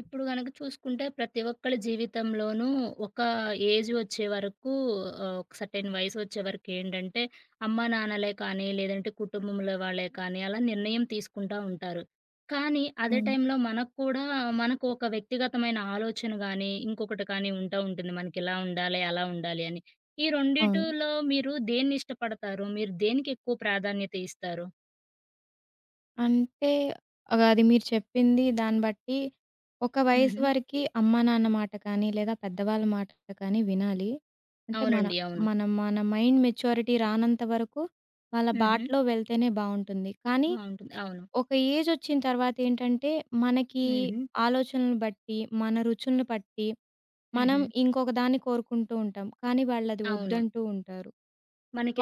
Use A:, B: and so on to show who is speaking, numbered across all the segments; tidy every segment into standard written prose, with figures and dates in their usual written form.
A: ఇప్పుడు గనక చూసుకుంటే ప్రతి ఒక్కళ్ళ జీవితంలోనూ ఒక ఏజ్ వచ్చే వరకు ఒక సర్టెన్ వయసు వచ్చే వరకు ఏంటంటే అమ్మా నాన్నలే కానీ, లేదంటే కుటుంబంలో వాళ్ళే కానీ అలా నిర్ణయం తీసుకుంటా ఉంటారు. కానీ అదే
B: అవును.
A: టైంలో మనకు ఒక వ్యక్తిగతమైన ఆలోచన గానీ, ఇంకొకటి కానీ ఉంటా ఉంటుంది. మనకి ఇలా ఉండాలి, అలా ఉండాలి అని. ఈ
B: అవును.
A: రెండిటిలో మీరు దేన్ని ఇష్టపడతారు? మీరు దేనికి ఎక్కువ ప్రాధాన్యత ఇస్తారు?
B: అంటే అది మీరు చెప్పింది దాన్ని బట్టి ఒక వయసు
A: హుహు.
B: వరకి అమ్మా నాన్న మాట కానీ, లేదా పెద్దవాళ్ళ మాట కానీ వినాలి. అంటే మన
A: అవునండి. అవును.
B: మన మన మైండ్ మెచ్యూరిటీ రానంత వరకు వాళ్ళ
A: హుహు.
B: బాటలో వెళ్తేనే బావుంటుంది. కానీ
A: బావుంటుంది. అవును.
B: ఒక ఏజ్ వచ్చిన తర్వాత ఏంటంటే మనకి
A: హుహు.
B: ఆలోచనలు బట్టి, మన రుచులను బట్టి మనం
A: హుహు.
B: ఇంకొక దాన్ని కోరుకుంటూ ఉంటాం. కానీ వాళ్ళది
A: అవును.
B: వద్దంటూ ఉంటారు.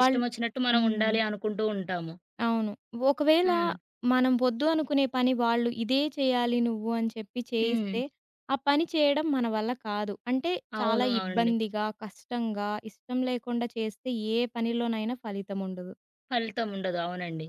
B: వాళ్ళు
A: మనం
B: హ్మ్.
A: ఉండాలి అనుకుంటూ ఉంటాము.
B: అవును. ఒకవేళ
A: హ్మ్.
B: మనం వద్దు అనుకునే పని వాళ్ళు ఇదే చేయాలి నువ్వు అని చెప్పి
A: హ్మ్.
B: చేయిస్తే, ఆ పని చేయడం మన వల్ల కాదు. అంటే చాలా
A: అవును. అవునండి.
B: ఇబ్బందిగా, కష్టంగా, ఇష్టం లేకుండా చేస్తే ఏ పనిలోనైనా ఫలితముండదు.
A: ఫలితం ఉండదు. అవునండి.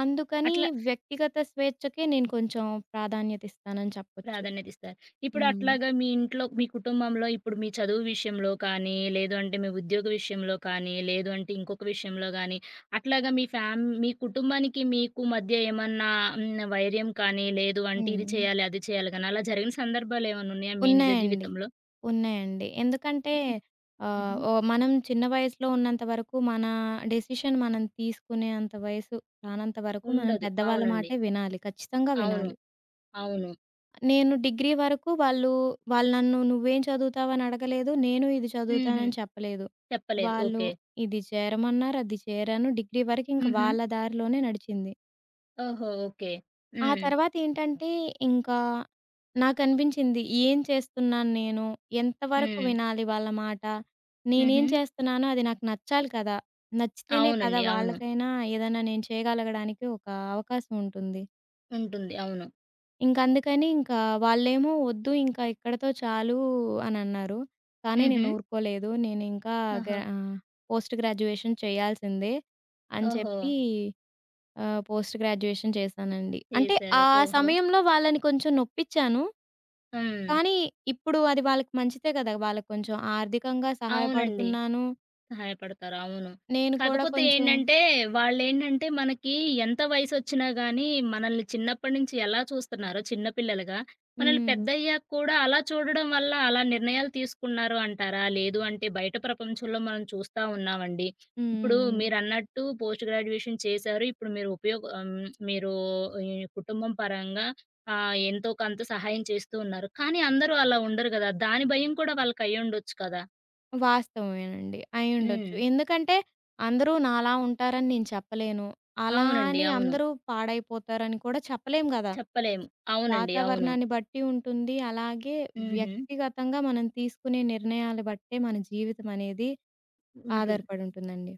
B: అందుకని
A: అట్లా
B: వ్యక్తిగత స్వేచ్ఛకే నేను కొంచెం ప్రాధాన్యత ఇస్తానని చెప్పొచ్చు.
A: ప్రాధాన్యత ఇస్తారు. ఇప్పుడు
B: హ్మ్.
A: అట్లాగా మీ ఇంట్లో, మీ కుటుంబంలో ఇప్పుడు మీ చదువు విషయంలో కానీ, లేదు అంటే మీ ఉద్యోగ విషయంలో కానీ, లేదు అంటే ఇంకొక విషయంలో గానీ, అట్లాగా మీ కుటుంబానికి మీకు మధ్య ఏమన్నా వైర్యం కానీ, లేదు అంటే ఇది
B: హ్మ్.
A: చేయాలి, అది చేయాలి గానీ, అలా జరిగిన సందర్భాలేమన్నా ఉన్నాయా మీ నిజ
B: ఉన్నాయండి.
A: జీవితంలో?
B: ఉన్నాయండి. ఎందుకంటే
A: హుహు.
B: ఆహ్,
A: హుహు.
B: ఓహ్! మనం చిన్న వయసులో ఉన్నంత వరకు మన డెసిషన్ మనం తీసుకునేంత వయసు రానంత వరకు మనం
A: ఉండదు.
B: పెద్దవాళ్ళ
A: అవునండి.
B: మాటే వినాలి. ఖచ్చితంగా
A: అవును.
B: వినాలి.
A: అవును.
B: నేను డిగ్రీ వరకు వాళ్ళు వాళ్ళు నన్ను "నువ్వేం చదువుతావని" అడగలేదు. నేను ఇది
A: హుహు.
B: చదువుతానని చెప్పలేదు.
A: చెప్పలేదు.
B: వాళ్ళు
A: ఓకే.
B: ఇది చేరమన్నారు. అది చేరాను. డిగ్రీ వరకు ఇంక
A: హుహు.
B: వాళ్ళ దారిలోనే నడిచింది.
A: ఓహో! ఓకే.
B: ఆ
A: హ్మ్.
B: తర్వాతేంటంటే, ఇంకా నాకనిపించింది ఏం చేస్తున్నాను నేను? ఎంతవరకు
A: హ్మ్.
B: వినాలి వాళ్ళ మాట? నేనేం
A: హుహు.
B: చేస్తున్నానో అది నాకు నచ్చాలి కదా! నచ్చితేనే కదా
A: అవునండి. అవును.
B: వాళ్ళకైనా ఏదైనా నేను చేయగలగడానికి ఒక అవకాశం ఉంటుంది.
A: ఉంటుంది. అవును.
B: ఇంకందుకని ఇంకా వాళ్ళేమో వద్దు ఇంకా ఇక్కడితో చాలు అనన్నారు. కానీ
A: హుహు.
B: నేను ఊరుకోలేదు. నేనింకా గ
A: ఆహా!
B: ఆహ్, పోస్ట్ గ్రాడ్యుయేషన్ చేయాల్సిందే అని
A: ఓహో!
B: చెప్పి పోస్ట్ గ్రాడ్యుయేషన్ చేశానండి. అంటే ఆ
A: చేశారు. ఓహో!
B: సమయంలో వాళ్ళని కొంచెం నొప్పిచ్చాను.
A: హ్మ్.
B: కానీ ఇప్పుడు అది వాళ్ళకి మంచిదే కదా! వాళ్ళకి కొంచెం ఆర్థికంగా
A: అవునండి.
B: సహాయపడుతున్నాను.
A: సహాయపడతారు. అవును.
B: నేను కూడా
A: కాకపోతే
B: కొంచెం
A: ఏంటంటే, వాళ్ళేంటంటే మనకి ఎంత వయసొచ్చినా గానీ, మనల్ని చిన్నప్పటి నుంచి ఎలా చూస్తున్నారో చిన్న పిల్లలుగా, మనల్ని
B: హ్మ్.
A: పెద్దయ్యాక కూడా అలా చూడడం వల్ల అలా నిర్ణయాలు తీసుకున్నారు అంటారా? లేదు అంటే బయట ప్రపంచంలో మనం చూస్తా ఉన్నామండి. ఇప్పుడు
B: హ్మ్.
A: మీరన్నట్టు పోస్ట్ గ్రాడ్యుయేషన్ చేశారు. ఇప్పుడు మీరు ఉపయోగ ఆహ్, హ్మ్. మీరు ఈ కుటుంబం పరంగా ఎంతో కొంత సహాయం చేస్తూ ఉన్నారు. కానీ అందరూ అలా ఉండరు గదా! దాని భయం కూడా వాళ్ళకయ్యుండొచ్చు కదా!
B: వాస్తవమేనండి. అయ్యుండొచ్చు.
A: హ్మ్.
B: ఎందుకంటే అందరూ నాలా ఉంటారని నేను చెప్పలేను. అలా
A: అవునండి.
B: అని
A: అవును.
B: అందరూ పాడైపోతారని కూడా చెప్పలేం గదా!
A: చెప్పలేము. అవునండి. అవును.
B: వాతావరణాన్ని బట్టి ఉంటుంది. అలాగే
A: హుహు.
B: వ్యక్తిగతంగా మనం తీసుకునే నిర్ణయాలు బట్టే మన జీవితం అనేది
A: ఉంటుంది.
B: ఆధారపడి ఉంటుందండి.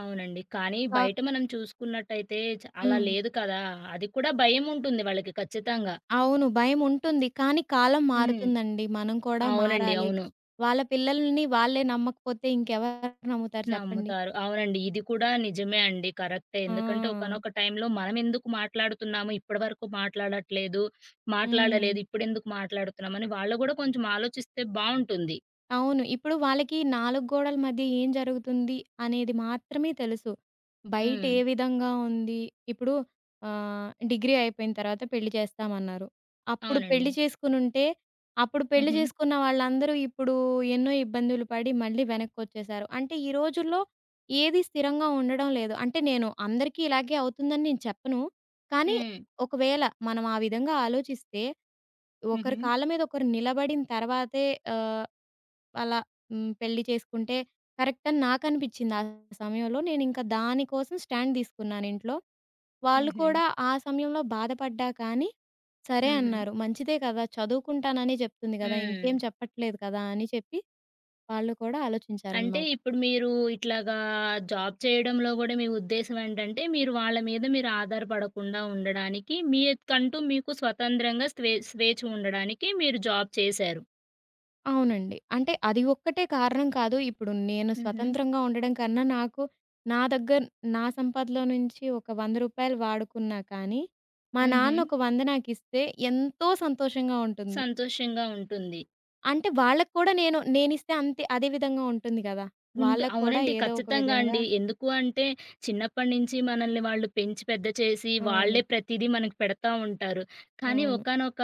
A: అవునండి. కానీ
B: కాక్
A: బయట మనం చూసుకున్నట్టయితే అలా
B: హ్మ్.
A: లేదు కదా! అది కూడా భయముంటుంది వాళ్ళకి ఖచ్చితంగా.
B: అవును. భయముంటుంది. కానీ కాలం
A: హ్మ్.
B: మారుతుందండి. మనం కూడా
A: అవునండి.
B: మారాలి.
A: అవును.
B: వాళ్ళ పిల్లల్ని వాళ్ళే నమ్మకపోతే ఇంకెవరు నమ్ముతారు చెప్పండి?
A: నమ్ముతారు. అవునండి. ఇది కూడా నిజమే అండి. కరెక్టే. ఎందుకంటే
B: ఆ!
A: ఒకానొక టైంలో మనమెందుకు మాట్లాడుతున్నాము, ఇప్పటివరకు మాట్లాడట్లేదు,
B: హ్మ్.
A: మాట్లాడలేదు, ఇప్పుడెందుకు మాట్లాడుతున్నామని వాళ్ళు గూడా కొంచెం ఆలోచిస్తే బావుంటుంది.
B: అవును. ఇప్పుడు వాళ్ళకి నాలుగు గోడల మధ్య ఏం జరుగుతుంది అనేది మాత్రమే తెలుసు. బయట
A: హ్మ్.
B: ఏ విధంగా ఉంది? ఇప్పుడు డిగ్రీ అయిపోయిన తర్వాత పెళ్లి చేస్తామన్నారు. అప్పుడు
A: అవునండి.
B: పెళ్లి చేసుకునుంటే, అప్పుడు పెళ్లి
A: హుహు.
B: చేసుకున్న వాళ్ళందరూ ఇప్పుడు ఎన్నో ఇబ్బందులు పడి మళ్ళీ వెనక్కొచ్చేసారు. అంటే ఈ రోజుల్లో ఏది స్థిరంగా ఉండడం లేదు. అంటే నేను అందరికీ ఇలాగే అవుతుందని నేను చెప్పను. కానీ
A: హ్మ్.
B: ఒకవేళ మనం ఆ విధంగా ఆలోచిస్తే, ఒకరి
A: హుహు.
B: కాళ్ళ మీద ఒకరు నిలబడిన తర్వాతే ఆహ్ అలా హ్మ్. పెళ్లి చేసుకుంటే కరెక్ట్ అని నాకనిపిచ్చింది. ఆ సమయంలో నేనింకా దాని కోసం స్టాండ్ తీసుకున్నాను ఇంట్లో. వాళ్ళు
A: హుహు.
B: కూడా ఆ సమయంలో బాధపడ్డా కానీ, సరే
A: హుహు.
B: అన్నారు. మంచిదే కదా! చదువుకుంటాననే చెప్తుంది కదా!
A: హ్మ్.
B: ఇంకేం చెప్పట్లేదు కదా! అని చెప్పి వాళ్ళు కూడా
A: అంటే
B: ఆలోచించారనమాట.
A: ఇప్పుడు మీరు ఇట్లాగా జాబ్ చేయడంలో గూడా మీ ఉద్దేశ్యం ఏంటంటే, మీరు వాళ్ళ మీద మీరు ఆధారపడకుండా ఉండడానికి, మీకంటూ మీకు స్వతంత్రంగా స్వేచ్ఛ ఉండడానికి మీరు జాబ్ చేశారు.
B: అవునండి. అంటే అది ఒక్కటే కారణం కాదు. ఇప్పుడు నేను
A: హుహు.
B: స్వతంత్రంగా ఉండడం కన్నా నాకు నా దగ్గర నా సంపాదలో నుంచి ఒక రూ. 100 వాడుకున్నా కానీ, మా
A: హుహు.
B: నాన్న ఒక 100 నాకిస్తే ఎంతో సంతోషంగా ఉంటుంది.
A: సంతోషంగా ఉంటుంది.
B: అంటే వాళ్ళకి కూడా నేనిస్తే అంతే అదే విధంగా ఉంటుంది గదా! వాళ్ళకి కూడా
A: అవునండి.
B: ఏదో ఒక
A: ఖచ్చితంగా
B: విధంగా
A: అండి. ఎందుకు అంటే, చిన్నప్పటి నుంచి మనల్ని వాళ్ళు పెంచి పెద్ద చేసి, వాళ్ళే
B: అవును.
A: ప్రతీదీ మనకు పెడతా ఉంటారు. కానీ
B: అవును.
A: ఒకానొక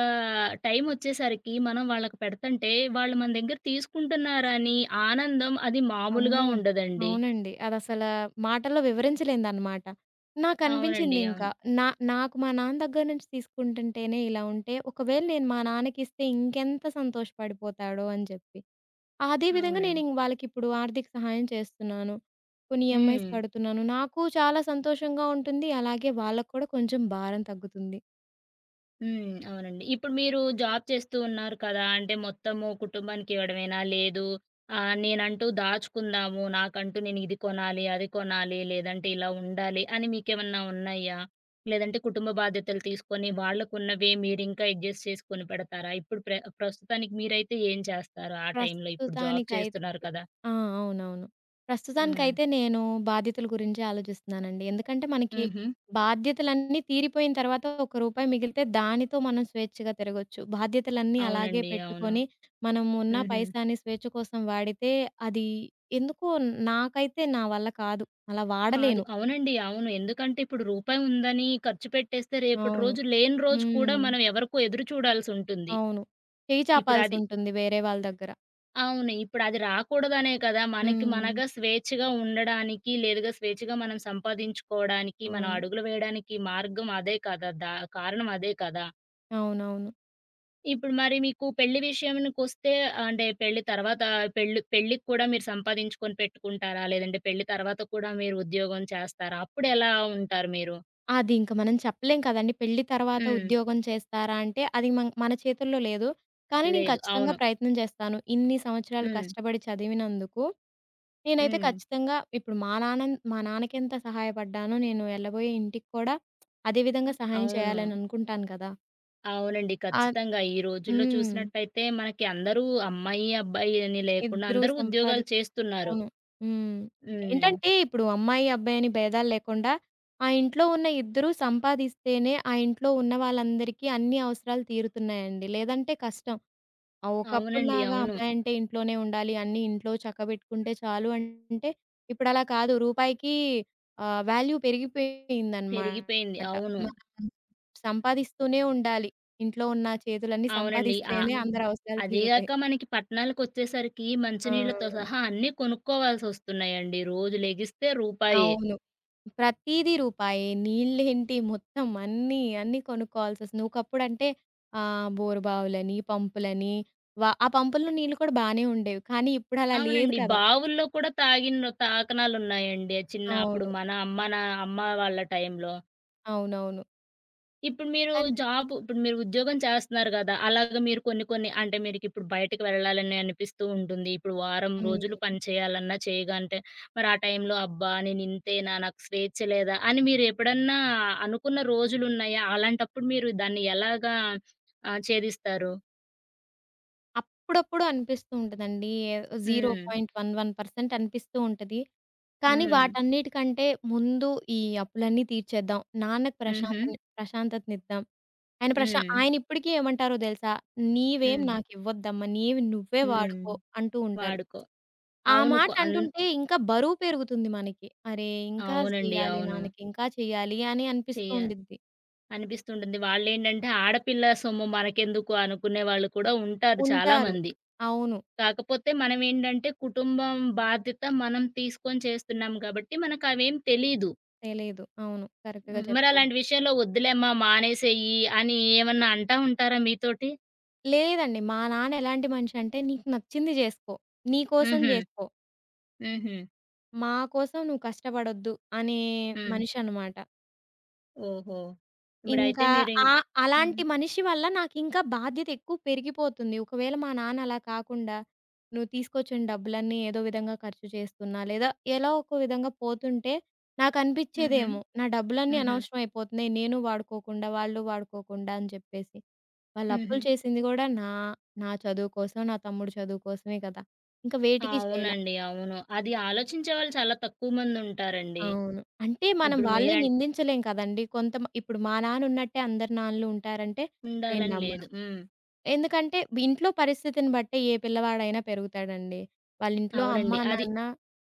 A: టైమొచ్చేసరికి మనం వాళ్ళకి పెడతంటే, వాళ్ళు మన దగ్గర తీసుకుంటున్నారని ఆనందం అది మామూలుగా
B: అమ్మో!
A: ఉండదండి.
B: అవునండి. అదసల మాటల్లో వివరించలేనిదనమాట.
A: అవునండి.
B: నాకనిపించిందింకా.
A: అవును.
B: నా నాకు మా నాన్న దగ్గర నుంచి తీసుకుంటుంటేనే ఇలా ఉంటే, ఒకవేళ నేను మా నాన్నకిస్తే ఇంకెంత సంతోషపడిపోతాడో అని జెప్పి. అదే విధంగా
A: అవునండి.
B: నేనింక వాళ్ళకిప్పుడు ఆర్థిక సహాయం చేస్తున్నాను. కొన్ని ఈఎంఐస్
A: హ్మ్.
B: కడుతున్నాను. నాకు చాలా సంతోషంగా ఉంటుంది. అలాగే వాళ్ళకి కూడా కొంచెం భారం తగ్గుతుంది.
A: హ్మ్. అవునండి. ఇప్పుడు మీరు జాబ్ చేస్తూ ఉన్నారు కదా! అంటే మొత్తము కుటుంబానికి ఇవ్వడమేనా? లేదు నేనంటూ దాచుకుందాము. నాకంటూ నేను ఇది కొనాలి, అది కొనాలి, లేదంటే ఇలా ఉండాలి అని మీకేమన్నా ఉన్నాయా? లేదంటే కుటుంబ బాధ్యతలు తీసుకొని వాళ్ళకున్నవే మీరింకా అడ్జస్ట్ చేసుకొని పెడతారా? ఇప్పుడు ప్రస్తుతానికి మీరైతే ఏం చేస్తారు ఆ టైంలో? ఇప్పుడు జాబ్
B: ప్రస్తుతానికైతే
A: చేస్తున్నారు కదా!
B: ఆ! అవునవును.
A: హ్మ్.
B: ప్రస్తుతానికైతే నేను బాధ్యతల గురించే ఆలోచిస్తున్నానండి. ఎందుకంటే మనకి
A: హుహు.
B: బాధ్యతలన్నీ తీరిపోయిన తర్వాత ఒక రూపాయి మిగిలితే దానితో మనం స్వేచ్ఛగా తిరగొచ్చు. బాధ్యతలన్నీ అలాగే
A: అవునండి. అవును.
B: పెట్టుకొని మనం ఉన్న
A: హుహు.
B: పైసాని స్వేచ్ఛ కోసం వాడితే అది ఎందుకో నాకైతే నా వల్ల కాదు. అలా
A: కాదు.
B: వాడలేను.
A: అవునండి. అవును. ఎందుకంటే ఇప్పుడు రూపాయి ఉందని ఖర్చు పెట్టేస్తే రేపటి
B: అవును.
A: రోజు లేని రోజు కూడా
B: హ్మ్.
A: మనం ఎవరికో ఎదురు చూడాల్సుంటుంది.
B: అవును. చెయ్యి
A: ఇప్పుడది
B: చాపాల్సుంటుంది వేరే వాళ్ళ దగ్గర.
A: అవును. ఇప్పుడది రాకూడదనే కదా! మనకి
B: హ్మ్.
A: మనగా స్వేచ్ఛగా ఉండడానికి, లేదుగా స్వేచ్ఛగా మనం సంపాదించుకోవడానికి, మనం
B: అవును.
A: అడుగులు వేయడానికి మార్గం అదే కదా! కారణం అదే కదా!
B: అవునవును.
A: ఇప్పుడు మరి మీకు పెళ్లి విషయానికొస్తే అంటే పెళ్లి తర్వాత పెళ్ళికి కూడా మీరు సంపాదించుకొని పెట్టుకుంటారా? లేదంటే పెళ్లి తర్వాత కూడా మీరు ఉద్యోగం చేస్తారా? అప్పుడెలా ఉంటారు మీరు?
B: అది ఇంక మనం చెప్పలేం కదండీ. పెళ్లి తర్వాత
A: హ్మ్.
B: ఉద్యోగం చేస్తారా అంటే అది మన చేతుల్లో లేదు. కానీ నేను
A: లేదు.
B: ఖచ్చితంగా
A: అవును.
B: ప్రయత్నం చేస్తాను. ఇన్ని సంవత్సరాలు
A: హ్మ్.
B: కష్టపడి చదివినందుకు నేనైతే
A: హ్మ్.
B: ఖచ్చితంగా ఇప్పుడు మా నాన్నకెంత సహాయపడ్డానో నేను ఎళ్ళబోయే ఇంటికి కూడా అదే విధంగా
A: హ్మ్.
B: సహాయం
A: అవును.
B: చేయాలని అనుకుంటాను కదా!
A: అవునండి.
B: ఆహ్
A: ఖచ్చితంగా. ఈ రోజుల్లో
B: హ్మ్.
A: చూసినట్టయితే మనకి అందరూ అమ్మాయి, అబ్బాయి అని లేకుండా
B: ఇద్దరూ
A: అందరూ
B: సంపాది
A: ఉద్యోగాలు చేస్తున్నారు.
B: అవును. హ్మ్.
A: హ్మ్.
B: ఏంటంటే ఇప్పుడు అమ్మాయి, అబ్బాయి అని భేదాలు లేకుండా ఆ ఇంట్లో ఉన్న ఇద్దరూ సంపాదిస్తేనే ఆ ఇంట్లో ఉన్న వాళ్ళందరికీ అన్ని అవసరాలు తీరుతున్నాయండి. లేదంటే కష్టం.
A: అవునండి.
B: ఒకప్పుడులాగా
A: అవును.
B: అమ్మాయంటే ఇంట్లోనే ఉండాలి. అన్నీ ఇంట్లో చక్కబెట్టుకుంటే చాలు అంటే ఇప్పుడు అలా కాదు. రూపాయికి వాల్యూ
A: పెరిగిపోయింది.
B: పెరిగిపోయిందనమాట.
A: అవును.
B: మనం సంపాదిస్తూనే ఉండాలి. ఇంట్లో ఉన్న చేతులన్నీ
A: అవునండి.
B: సంపాదిస్తేనే అందరి అవసరాలు తీరుతాయి.
A: అదీగాక మనకి పట్టణాలకొచ్చేసరికి
B: ఆ!
A: మంచినీళ్ళతో సహా అన్నీ కొనుక్కోవాల్సొస్తున్నాయండి. రోజు లెగిస్తే రూపాయే.
B: అవును. ప్రతీదీ రూపాయే. నీళ్ళేంటి మొత్తం అన్నీ, అన్నీ కొనుక్కోవాల్సొస్తుంది. ఒకప్పుడంటే బోరు బావులని, పంపులని ఆ పంపుల్లో నీళ్ళు కూడా బానే ఉండేవి. కానీ ఇప్పుడలా లేదు
A: అవునండి.
B: కదా!
A: బావుల్లో కూడా తాగిన తాకనాలున్నాయండి. చిన్న అప్పుడు
B: అవును.
A: మన అమ్మ నా అమ్మ వాళ్ళ టైంలో.
B: అవునవును.
A: ఇప్పుడు మీరు
B: కానీ
A: ఉద్యోగం చేస్తున్నారు గదా! అలాగ మీరు కొన్ని కొన్ని అంటే మీరికిప్పుడు బయటకి వెళ్ళాలని అనిపిస్తూ ఉంటుంది. ఇప్పుడు వారం
B: హ్మ్.
A: రోజులు పని చేయాలన్నా చేయగంటే మరి ఆ టైంలో అబ్బా! నేనింతేనా నాకు స్వేచ్ఛ లేదా అని మీరెప్పుడన్నా అనుకున్న రోజులున్నాయా? అలాంటప్పుడు మీరు దాన్ని ఎలాగా ఛేదిస్తారు?
B: అప్పుడప్పుడు అనిపిస్తూ ఉంటదండి. ఏదో
A: హ్మ్.
B: 0.11% అనిపిస్తూ ఉంటది. కానీ
A: హ్మ్.
B: వాటన్నిటికంటే ముందు ఈ అప్పులన్నీ తీర్చేద్దాం. నాన్నకి
A: హుహు.
B: ప్రశాంతతనిద్దాం. ఆయన
A: హ్మ్.
B: ఆయనిప్పటికీ ఏమంటారో తెలుసా? "నీవేం
A: హ్మ్.
B: నాకివ్వద్దమ్మా! నీవి నువ్వే
A: హ్మ్.
B: వాడుకో" అంటూ ఉంటారు.
A: వాడుకో.
B: ఆ
A: అవును.
B: మాట
A: కొ అన్
B: అంటుంటే ఇంకా బరువు పెరుగుతుంది మనకి. అరే! ఇంకా
A: అవునండి.
B: చెయ్యాలి
A: అవును.
B: నాన్నకి, ఇంకా చెయ్యాలి అని అనిపిస్తూ
A: చెయ్యాలి.
B: ఉండిద్ది.
A: అనిపిస్తుంటుంది. వాళ్ళేంటంటే ఆడపిల్ల సొమ్ము మనకెందుకు అనుకునే వాళ్ళు కూడా ఉంటారు
B: ఉంటారు.
A: చాలామంది.
B: అవును.
A: కాకపోతే మనమేంటంటే కుటుంబం బాధ్యత మనం తీసుకొని చేస్తున్నాం కాబట్టి మనకవేం తెలీదు.
B: తెలీదు. అవును. కరెక్ట్‌గా
A: హ్మ్.
B: చెప్పారు.
A: మరలాంటి విషయంలో వద్దులేమ్మా మానేసేయి అని ఏమన్నా అంటా ఉంటారా మీతోటి?
B: లేదండి. మా నాన్న ఎలాంటి మనిషంటే "నీకు నచ్చింది జేసుకో. నీ కోసం
A: హుహు.
B: జేసుకో."
A: హుహు.
B: మా కోసం నువ్వు కష్టపడొద్దు అనే
A: హ్మ్.
B: మనిషనమాట.
A: ఓహో! ఇప్పుడైతే
B: ఇంకా
A: హ్మ్.
B: అలాంటి మనిషి వల్ల నాకింకా బాధ్యత ఎక్కువ పెరిగిపోతుంది. ఒకవేళ మా నాన్న అలా కాకుండా, నువ్వు తీసుకొచ్చిన డబ్బులన్నీ ఏదో విధంగా ఖర్చు చేస్తున్నా, లేదా ఎలా ఒక విధంగా పోతుంటే
A: హుహు.
B: నాకనిపిచ్చేదేమో, నా డబ్బులన్నీ
A: హుహు.
B: అనవసరం అయిపోతున్నాయి. నేను వాడుకోకుండా, వాళ్ళు వాడుకోకుండా అని చెప్పేసి. వాళ్ళు అప్పులు
A: హుహు.
B: చేసింది గూడా నా, నా చదువు కోసం, నా తమ్ముడు చదువు కోసమే కదా! ఇంకా వేటికి చేయల.
A: అవునండి. అవును. అది ఆలోచించే వాళ్ళు చాలా తక్కువ మందుంటారండి.
B: అవును. అంటే మనం
A: ఇప్పుడు
B: వాళ్ళని
A: మీరన్
B: నిందించలేం కదండీ. కొంతమ ఇప్పుడు మా నాన్న ఉన్నట్టే అందరి నాన్నలు ఉంటారంటే నేను
A: ఉండాలని
B: నమ్మను.
A: లేదు. హ్మ్.
B: ఎందుకంటే ఇంట్లో పరిస్థితిని బట్టే ఏ పిల్లవాడైనా పెరుగుతాడండి. వాళ్ళ ఇంట్లో
A: అవునండి.
B: అమ్మా,
A: అది
B: నాన్న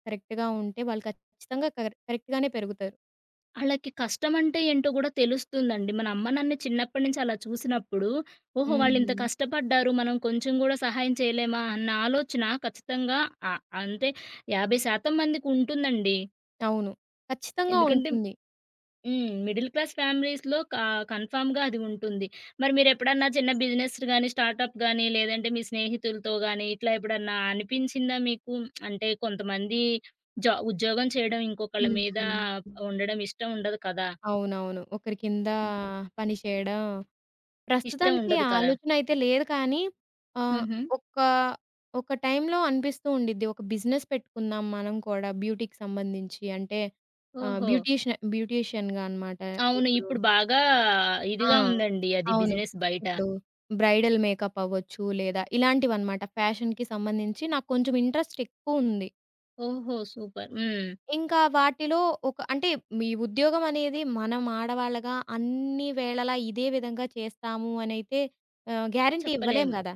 B: కరెక్ట్‌గా ఉంటే వాళ్ళు ఖచ్చితంగా కరెక్ట్‌గానే పెరుగుతారు.
A: ఆళ్ళకి కష్టమంటే ఏంటో గూడా తెలుస్తుందండి. మన అమ్మ నాన్న చిన్నప్పటి నుంచి అలా చూసినప్పుడు, ఓహో! వాళ్ళింత
B: హ్మ్.
A: కష్టపడ్డారు. మనం కొంచెం గూడా సహాయం చేయలేమా అన్న ఆలోచన ఖచ్చితంగా అంతే 50% మందికుంటుందండి.
B: అవును. ఖచ్చితంగా
A: ఎందుకంటే
B: ఉంటుంది.
A: హ్మ్. మిడిల్ క్లాస్ ఫ్యామిలీస్‌లో కన్ఫర్మ్‌గా అది ఉంటుంది. మరి మీరెప్పుడన్నా చిన్న బిజినెస్ గాని, స్టార్టప్ గాని లేదంటే మీ స్నేహితులతో గాని ఇట్లా ఎప్పుడన్నా అనిపించిందా మీకు? అంటే కొంతమంది ఉద్యోగం చేయడం ఇంకొకళ్ళ
B: హ్మ్.
A: మీద
B: హ్మ్.
A: ఉండడం ఇష్టం ఉండదు కదా!
B: అవునవును. ఒకరి కింద
A: హ్మ్.
B: పని చేయడం
A: ఇష్టం
B: ప్రస్తుతానికి ఆ
A: ఉండదు కదా!
B: ఆలోచనైతే లేదు కానీ ఆహ్,
A: హుహు.
B: ఒక ఒక టైంలో అనిపిస్తూ ఉండిద్ది. ఒక బిజినెస్ పెట్టుకుందాం మనం కూడా బ్యూటీకి సంబంధించి. అంటే
A: ఓహో!
B: బ్యూటీషియన్‌గా అనమాట.
A: అవును.
B: ఇప్పుడు
A: ఇప్పుడు బాగా
B: ఆ!
A: ఇదిగా ఉందండి అది
B: అవును.
A: బిజినెస్ బయట.
B: ఇప్పుడు బ్రైడల్ మేకప్ అవ్వచ్చు లేదా ఇలాంటివన్నమాట. ఫ్యాషన్‌కి సంబంధించి నాకు కొంచెం ఇంట్రెస్ట్ ఎక్కువుంది.
A: ఓహో! సూపర్. హ్మ్.
B: ఇంకా వాటిలో ఒక అంటే మీ ఉద్యోగం అనేది మనం ఆడవాళ్ళగా అన్ని వేళలా ఇదే విధంగా చేస్తాము అనైతే గ్యారంటీ ఇవ్వలేం
A: చెప్పలేము.
B: గదా!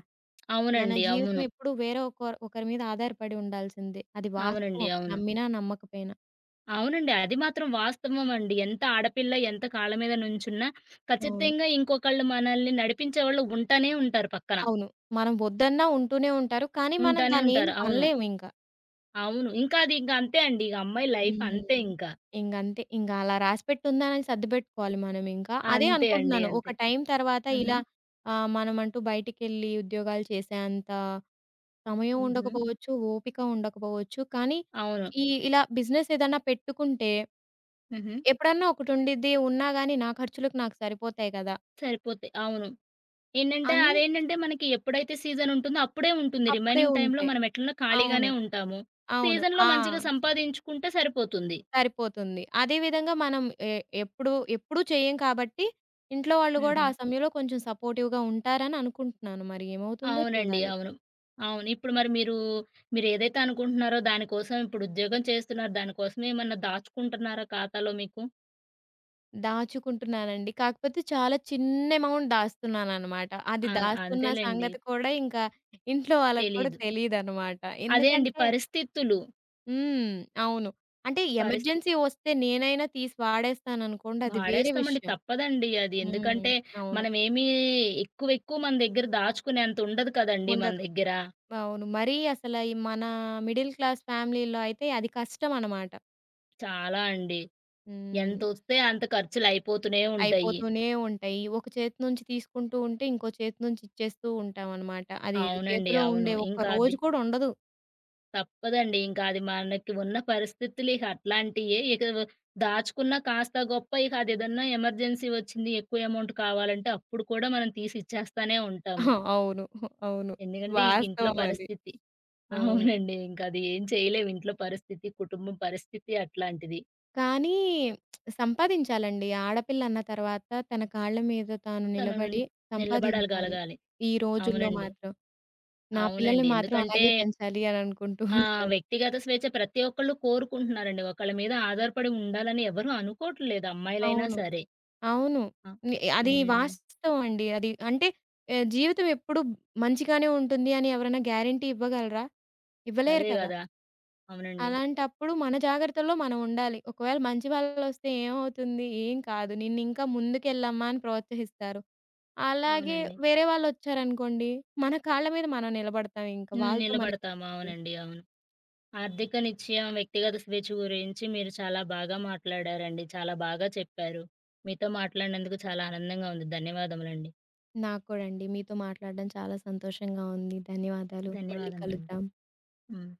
B: మన
A: అవునండి.
B: జీవితం
A: అవును.
B: ఎప్పుడు వేరే ఒకరు ఒకరి మీద ఆధారపడి ఉండాల్సిందే. అది
A: అవునండి.
B: వాస్తవం.
A: అవును.
B: నమ్మినా నమ్మకపోయినా.
A: అవునండి. అది మాత్రం వాస్తవం అండి. ఎంత ఆడపిల్ల ఎంత కాళ్ళ మీద నుంచున్నా
B: అవును.
A: ఖచ్చితంగా ఇంకొకళ్ళు మనల్ని నడిపించేవాళ్ళు ఉంటానే ఉంటారు పక్కన.
B: అవును. మనం వద్దన్నా ఉంటూనే ఉంటారు. కానీ మనం
A: ఉంటానే
B: దాన్నేం
A: ఉంటారు. అవును.
B: అనలేమింక.
A: అవును. ఇంకా అది ఇంక అంతే అండి. ఇక అమ్మాయి
B: హ్మ్.
A: లైఫ్ అంతే
B: ఇంకంతే.
A: ఇంకా.
B: ఇంక అంతే, ఇంకా అలా రాసిపెట్టుందని సర్దుపెట్టుకోవాలి మనమింకా. అదే
A: అంతే అండి.
B: అనుకుంటున్నాను. ఒక
A: అంతే.
B: టైం తర్వాత
A: హుహు.
B: ఇలా మనమంటూ బయటికెళ్ళి ఉద్యోగాలు చేసేంత సమయం
A: హుహు.
B: ఉండకపోవచ్చు, ఓపిక ఉండకపోవచ్చు. కానీ
A: అవును.
B: ఈ ఇలా బిజినెస్ ఏదన్నా పెట్టుకుంటే
A: హుహు.
B: ఎప్పుడన్నా ఒకటుండిద్ది. ఉన్నా గానీ నా ఖర్చులకు నాకు సరిపోతాయి కదా!
A: సరిపోతాయి. అవును. ఏంటంటే,
B: అని
A: అదేంటంటే మనకి ఎప్పుడైతే సీజన్ ఉంటుందో అప్పుడే ఉంటుంది.
B: అప్పుడే
A: రిమైనింగ్ టైమ్‌లో
B: ఉంటాయి.
A: మనం ఎట్లనో
B: అవును.
A: ఖాళీగానే ఉంటాము.
B: అవును.
A: సీజన్‌లో
B: ఆ!
A: మంచిగా సంపాదించుకుంటే సరిపోతుంది.
B: సరిపోతుంది. అదే విధంగా మనం ఎ ఎప్పుడు ఎప్పుడూ చేయం కాబట్టి, ఇంట్లో వాళ్ళు గూడా
A: హుహు.
B: ఆ సమయంలో కొంచెం సపోర్టివ్‌గా ఉంటారని అనుకుంటున్నాను. మరి ఏమవుతుందో
A: అవునండి.
B: చూడాలి.
A: అవును. అవును. ఇప్పుడు మరి మీరు, మీరేదైతే అనుకుంటున్నారో దానికోసం ఇప్పుడు ఉద్యోగం చేస్తున్నారు. దానికోసం ఏమన్నా దాచుకుంటున్నారా ఖాతాలో మీకు?
B: దాచుకుంటున్నానండి. కాకపోతే చాలా చిన్న అమౌంట్ దాస్తున్నాననమాట. అది
A: ఆ!
B: దాస్తున్న
A: అంతేలెండి.
B: సంగతి కూడా ఇంకా ఇంట్లో వాళ్ళకి కూడా
A: తెలీదు.
B: తెలీదనమాట.
A: అదే అండి
B: ఎందుకంటే
A: పరిస్థితులు.
B: హ్మ్. అవును. అంటే
A: పరిస్థి
B: ఎమర్జెన్సీ వస్తే నేనైనా తీసి వాడేస్తాననుకోండి అది వేరే
A: వాడేస్తామండి.
B: విషయం.
A: తప్పదండి అది.
B: హ్మ్.
A: ఎందుకంటే,
B: అవును.
A: మనమేమి ఎక్కువ ఎక్కువ మన దగ్గర దాచుకునేంత ఉండదు కదండీ మన
B: ఉండదు.
A: దగ్గర.
B: అవును. మరీ అసల ఈ మన మిడిల్ క్లాస్ ఫ్యామిలీలో అయితే అది కష్టం అనమాట.
A: చాలా అండి.
B: హ్మ్.
A: ఎంతొస్తే అంత ఖర్చులయిపోతూనే ఉంటాయి.
B: అయిపోతూనే ఉంటాయి. ఒక చేతి నుంచి తీసుకుంటూ ఉంటే, ఇంకో చేతి నుంచి ఇచ్చేస్తూ ఉంటామనమాట. అది
A: అవునండి.
B: చేతిలో
A: అవును.
B: ఉండే ఒక్క
A: ఇంకా అది
B: రోజు కూడా ఉండదు.
A: తప్పదండి. ఇంకా అది మనకి ఉన్న పరిస్థితులు ఇక అట్లాంటియే. ఇక దాచుకున్న కాస్త గొప్ప ఇక అదేదన్నా ఎమర్జెన్సీ వచ్చింది, ఎక్కువ అమౌంట్ కావాలంటే అప్పుడు కూడా మనం తీసి ఇచ్చేస్తానే ఉంటాము.
B: అవును. అవును.
A: ఎందుకంటే ఇక ఇంట్లో
B: వాస్తవం అది.
A: పరిస్థితి.
B: అవును.
A: అవునండి. ఇంక అది ఏం చేయలేము. ఇంట్లో పరిస్థితి, కుటుంబం పరిస్థితి అట్లాంటిది.
B: కానీ సంపాదించాలండి. ఆడపిల్ల అన్న తర్వాత తన కాళ్ళ మీద తాను
A: తను
B: నిలబడి సంపాదించాలి.
A: నిలబడగలగాలి.
B: ఈ రోజుల్లో
A: అవునండి.
B: మాత్రం. నా పిల్లల్ని
A: అవునండి.
B: మాత్రం
A: ఎందుకంటే
B: అలాగే పెంచాలి అని అనుకుంటూ
A: ఆ!
B: ఉంటాను.
A: వ్యక్తిగత స్వేచ్ఛ ప్రతి ఒక్కళ్ళు కోరుకుంటున్నారండి. ఒకళ్ళ మీద ఆధారపడి ఉండాలని ఎవరు అనుకోవట్లేదు అమ్మాయిలైనా
B: అవును.
A: సరే.
B: అవును.
A: ఆ!
B: అది
A: హ్మ్.
B: వాస్తవం అండి. అది అంటే జీవితం ఎప్పుడు మంచిగానే ఉంటుంది అని ఎవరైనా గ్యారంటీ ఇవ్వగలరా? ఇవ్వలేరు
A: అదే
B: కదా!
A: గదా! అవునండి.
B: అలాంటప్పుడు మన జాగ్రత్తల్లో మనం ఉండాలి. ఒకవేళ మంచి వాళ్ళొస్తే ఏమవుతుంది? ఏం కాదు. నిన్నింకా ముందుకెళ్ళమ్మా అని ప్రోత్సహిస్తారు. అలాగే
A: అవునండి.
B: వేరే వాళ్ళొచ్చారనుకోండి, మన కాళ్ళ మీద మనం నిలబడతాం ఇంక.
A: హ్మ్.
B: వాళ్ళతో మనకి
A: నిలబడతాము. అవునండి. అవును. ఆర్థిక నిశ్చయం, వ్యక్తిగత స్వేచ్ఛ గురించి మీరు చాలా బాగా మాట్లాడారండి. చాలా బాగా చెప్పారు. మీతో మాట్లాడినందుకు చాలా ఆనందంగా ఉంది. ధన్యవాదములండి.
B: నాకు కూడా అండి. మీతో మాట్లాడడం చాలా సంతోషంగా ఉంది. ధన్యవాదాలు. మళ్ళీ
A: ధన్యవాదములండి.
B: కలుద్దాం.
A: హ్మ్.